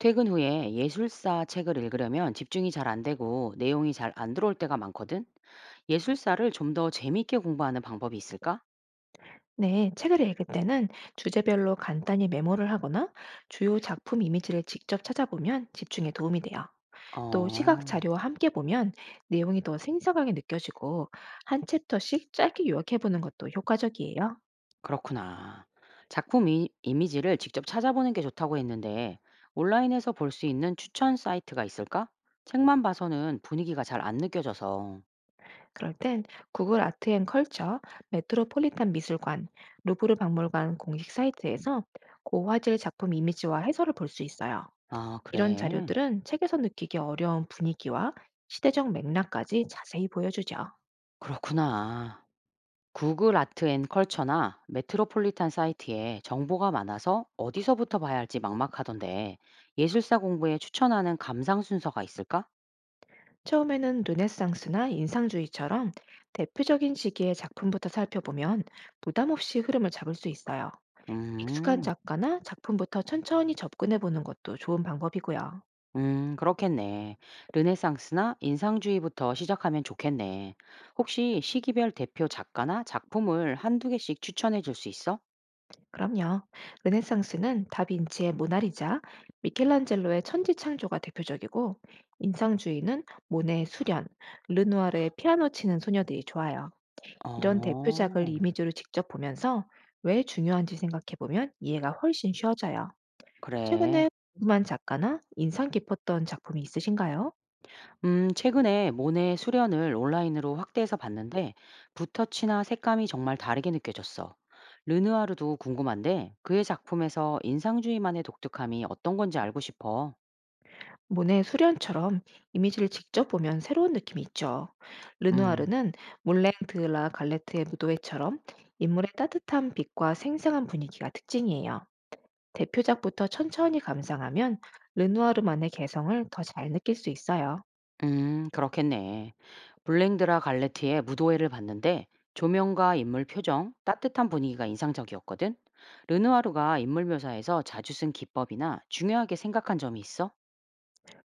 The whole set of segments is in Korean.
퇴근 후에 예술사 책을 읽으려면 집중이 잘 안 되고 내용이 잘 안 들어올 때가 많거든? 예술사를 좀 더 재미있게 공부하는 방법이 있을까? 네, 책을 읽을 때는 주제별로 간단히 메모를 하거나 주요 작품 이미지를 직접 찾아보면 집중에 도움이 돼요. 또 시각 어, 자료와 함께 보면 내용이 더 생생하게 느껴지고 한 챕터씩 짧게 요약해보는 것도 효과적이에요. 그렇구나. 작품 이미지를 직접 찾아보는 게 좋다고 했는데 온라인에서 볼 수 있는 추천 사이트가 있을까? 책만 봐서는 분위기가 잘 안 느껴져서. 그럴 땐 구글 아트 앤 컬처, 메트로폴리탄 미술관, 루브르 박물관 공식 사이트에서 고화질 작품 이미지와 해설을 볼 수 있어요. 아, 이런 그래. 자료들은 책에서 느끼기 어려운 분위기와 시대적 맥락까지 자세히 보여주죠. 그렇구나. 구글 아트 앤 컬처나 메트로폴리탄 사이트에 정보가 많아서 어디서부터 봐야 할지 막막하던데 예술사 공부에 추천하는 감상 순서가 있을까? 처음에는 르네상스나 인상주의처럼 대표적인 시기의 작품부터 살펴보면 부담 없이 흐름을 잡을 수 있어요. 익숙한 음, 작가나 작품부터 천천히 접근해 보는 것도 좋은 방법이고요. 그렇겠네. 르네상스나 인상주의부터 시작하면 좋겠네. 혹시 시기별 대표 작가나 작품을 한두 개씩 추천해 줄 수 있어? 그럼요. 르네상스는 다빈치의 모나리자, 미켈란젤로의 천지창조가 대표적이고, 인상주의는 모네의 수련, 르누아르의 피아노 치는 소녀들이 좋아요. 이런 대표작을 어, 이미지로 직접 보면서 왜 중요한지 생각해 보면 이해가 훨씬 쉬워져요. 그래. 최근에 궁금한 작가나 인상 깊었던 작품이 있으신가요? 최근에 모네 수련을 온라인으로 확대해서 봤는데 붓터치나 색감이 정말 다르게 느껴졌어. 르누아르도 궁금한데 그의 작품에서 인상주의만의 독특함이 어떤 건지 알고 싶어. 모네 수련처럼 이미지를 직접 보면 새로운 느낌이 있죠. 음, 르누아르는 몰랭 드라 갈레트의 무도회처럼 인물의 따뜻한 빛과 생생한 분위기가 특징이에요. 대표작부터 천천히 감상하면 르누아르만의 개성을 더 잘 느낄 수 있어요. 그렇겠네. 블랭드라 갈레티의 무도회를 봤는데 조명과 인물 표정, 따뜻한 분위기가 인상적이었거든. 르누아르가 인물 묘사에서 자주 쓴 기법이나 중요하게 생각한 점이 있어?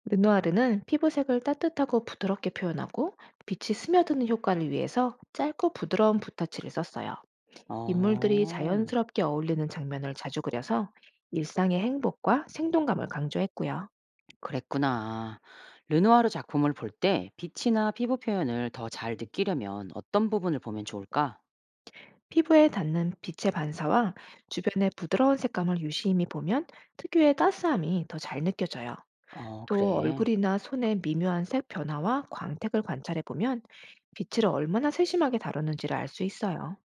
르누아르는 피부색을 따뜻하고 부드럽게 표현하고 빛이 스며드는 효과를 위해서 짧고 부드러운 붓터치를 썼어요. 인물들이 어. 자연스럽게 어울리는 장면을 자주 그려서 일상의 행복과 생동감을 강조했고요. 그랬구나. 르누아르 작품을 볼 때 빛이나 피부 표현을 더 잘 느끼려면 어떤 부분을 보면 좋을까? 피부에 닿는 빛의 반사와 주변의 부드러운 색감을 유심히 보면 특유의 따스함이 더 잘 느껴져요. 어, 또 그래. 얼굴이나 손의 미묘한 색 변화와 광택을 관찰해 보면 빛을 얼마나 세심하게 다루는지를 알 수 있어요.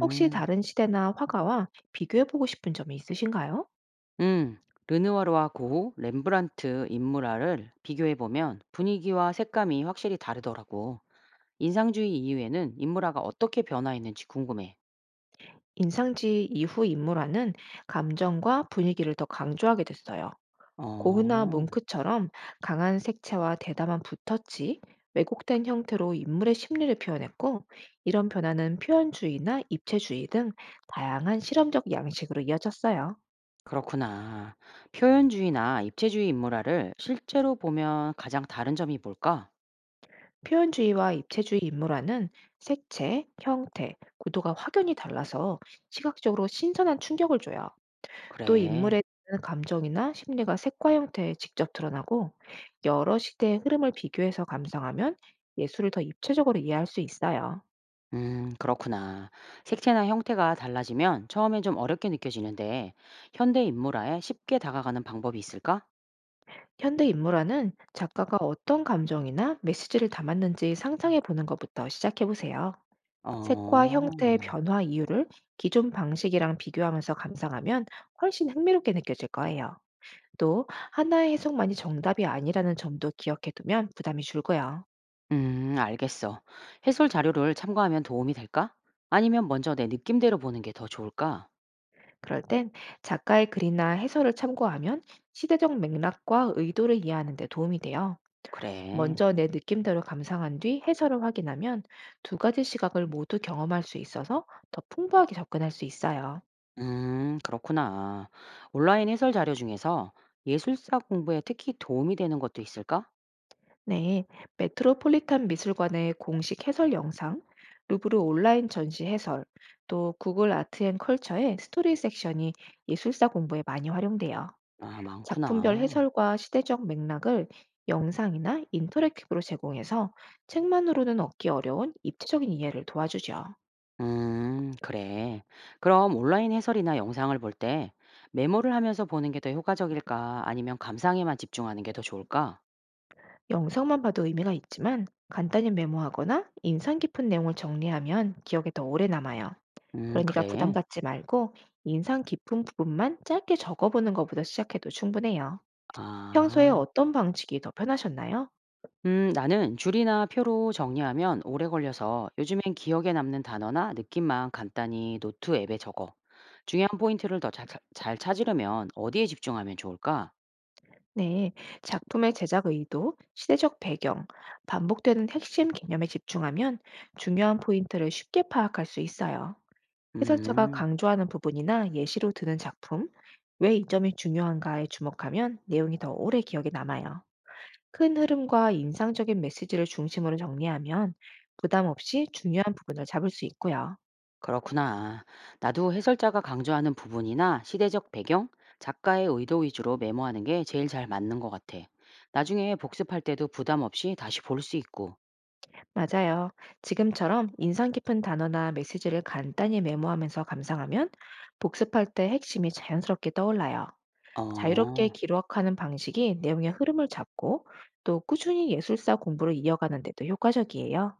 혹시 다른 시대나 화가와 비교해 보고 싶은 점이 있으신가요? 음. 르누아르와 고흐, 렘브란트, 인물화를 비교해 보면 분위기와 색감이 확실히 다르더라고. 인상주의 이후에는 인물화가 어떻게 변화했는지 궁금해. 인상지 이후 인물화는 감정과 분위기를 더 강조하게 됐어요. 고흐나 어, 뭉크처럼 강한 색채와 대담한 붓터치, 왜곡된 형태로 인물의 심리를 표현했고, 이런 변화는 표현주의나 입체주의 등 다양한 실험적 양식으로 이어졌어요. 그렇구나. 표현주의나 입체주의 인물화를 실제로 보면 가장 다른 점이 뭘까? 표현주의와 입체주의 인물화는 색채, 형태, 구도가 확연히 달라서 시각적으로 신선한 충격을 줘요. 또 그래. 인물의 감정이나 심리가 색과 형태에 직접 드러나고 여러 시대의 흐름을 비교해서 감상하면 예술을 더 입체적으로 이해할 수 있어요. 그렇구나. 색채나 형태가 달라지면 처음엔 좀 어렵게 느껴지는데, 현대 인물화에 쉽게 다가가는 방법이 있을까? 현대 인물화는 작가가 어떤 감정이나 메시지를 담았는지 상상해 보는 것부터 시작해 보세요. 색과 어, 형태의 변화 이유를 기존 방식이랑 비교하면서 감상하면 훨씬 흥미롭게 느껴질 거예요. 또 하나의 해석만이 정답이 아니라는 점도 기억해 두면 부담이 줄고요. 알겠어. 해설 자료를 참고하면 도움이 될까? 아니면 먼저 내 느낌대로 보는 게 더 좋을까? 그럴 땐 작가의 글이나 해설을 참고하면 시대적 맥락과 의도를 이해하는 데 도움이 돼요. 그래. 먼저 내 느낌대로 감상한 뒤 해설을 확인하면 두 가지 시각을 모두 경험할 수 있어서 더 풍부하게 접근할 수 있어요. 그렇구나. 온라인 해설 자료 중에서 예술사 공부에 특히 도움이 되는 것도 있을까? 네, 메트로폴리탄 미술관의 공식 해설 영상, 루브르 온라인 전시 해설, 또 구글 아트 앤 컬처의 스토리 섹션이 예술사 공부에 많이 활용돼요. 아, 작품별 많구나. 해설과 시대적 맥락을 영상이나 인터랙티브로 제공해서 책만으로는 얻기 어려운 입체적인 이해를 도와주죠. 그래. 그럼 온라인 해설이나 영상을 볼 때 메모를 하면서 보는 게 더 효과적일까? 아니면 감상에만 집중하는 게 더 좋을까? 영상만 봐도 의미가 있지만 간단히 메모하거나 인상 깊은 내용을 정리하면 기억에 더 오래 남아요. 그러니까 부담 그래. 갖지 말고 인상 깊은 부분만 짧게 적어보는 것부터 시작해도 충분해요. 평소에 아. 어떤 방식이 더 편하셨나요? 나는 줄이나 표로 정리하면 오래 걸려서 요즘엔 기억에 남는 단어나 느낌만 간단히 노트 앱에 적어. 중요한 포인트를 더 잘 찾으려면 어디에 집중하면 좋을까? 네, 작품의 제작 의도, 시대적 배경, 반복되는 핵심 개념에 집중하면 중요한 포인트를 쉽게 파악할 수 있어요. 해설자가 음. 강조하는 부분이나 예시로 드는 작품, 왜 이 점이 중요한가에 주목하면 내용이 더 오래 기억에 남아요. 큰 흐름과 인상적인 메시지를 중심으로 정리하면 부담 없이 중요한 부분을 잡을 수 있고요. 그렇구나. 나도 해설자가 강조하는 부분이나 시대적 배경, 작가의 의도 위주로 메모하는 게 제일 잘 맞는 것 같아. 나중에 복습할 때도 부담 없이 다시 볼 수 있고. 맞아요. 지금처럼 인상 깊은 단어나 메시지를 간단히 메모하면서 감상하면 복습할 때 핵심이 자연스럽게 떠올라요. 자유롭게 어, 기록하는 방식이 내용의 흐름을 잡고 또 꾸준히 예술사 공부를 이어가는 데도 효과적이에요.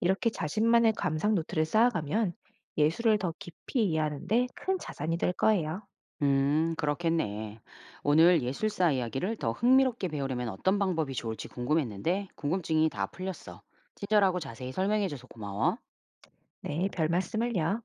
이렇게 자신만의 감상 노트를 쌓아가면 예술을 더 깊이 이해하는 데 큰 자산이 될 거예요. 그렇겠네. 오늘 예술사 이야기를 더 흥미롭게 배우려면 어떤 방법이 좋을지 궁금했는데, 궁금증이 다 풀렸어. 친절하고 자세히 설명해줘서 고마워. 네, 별 말씀을요.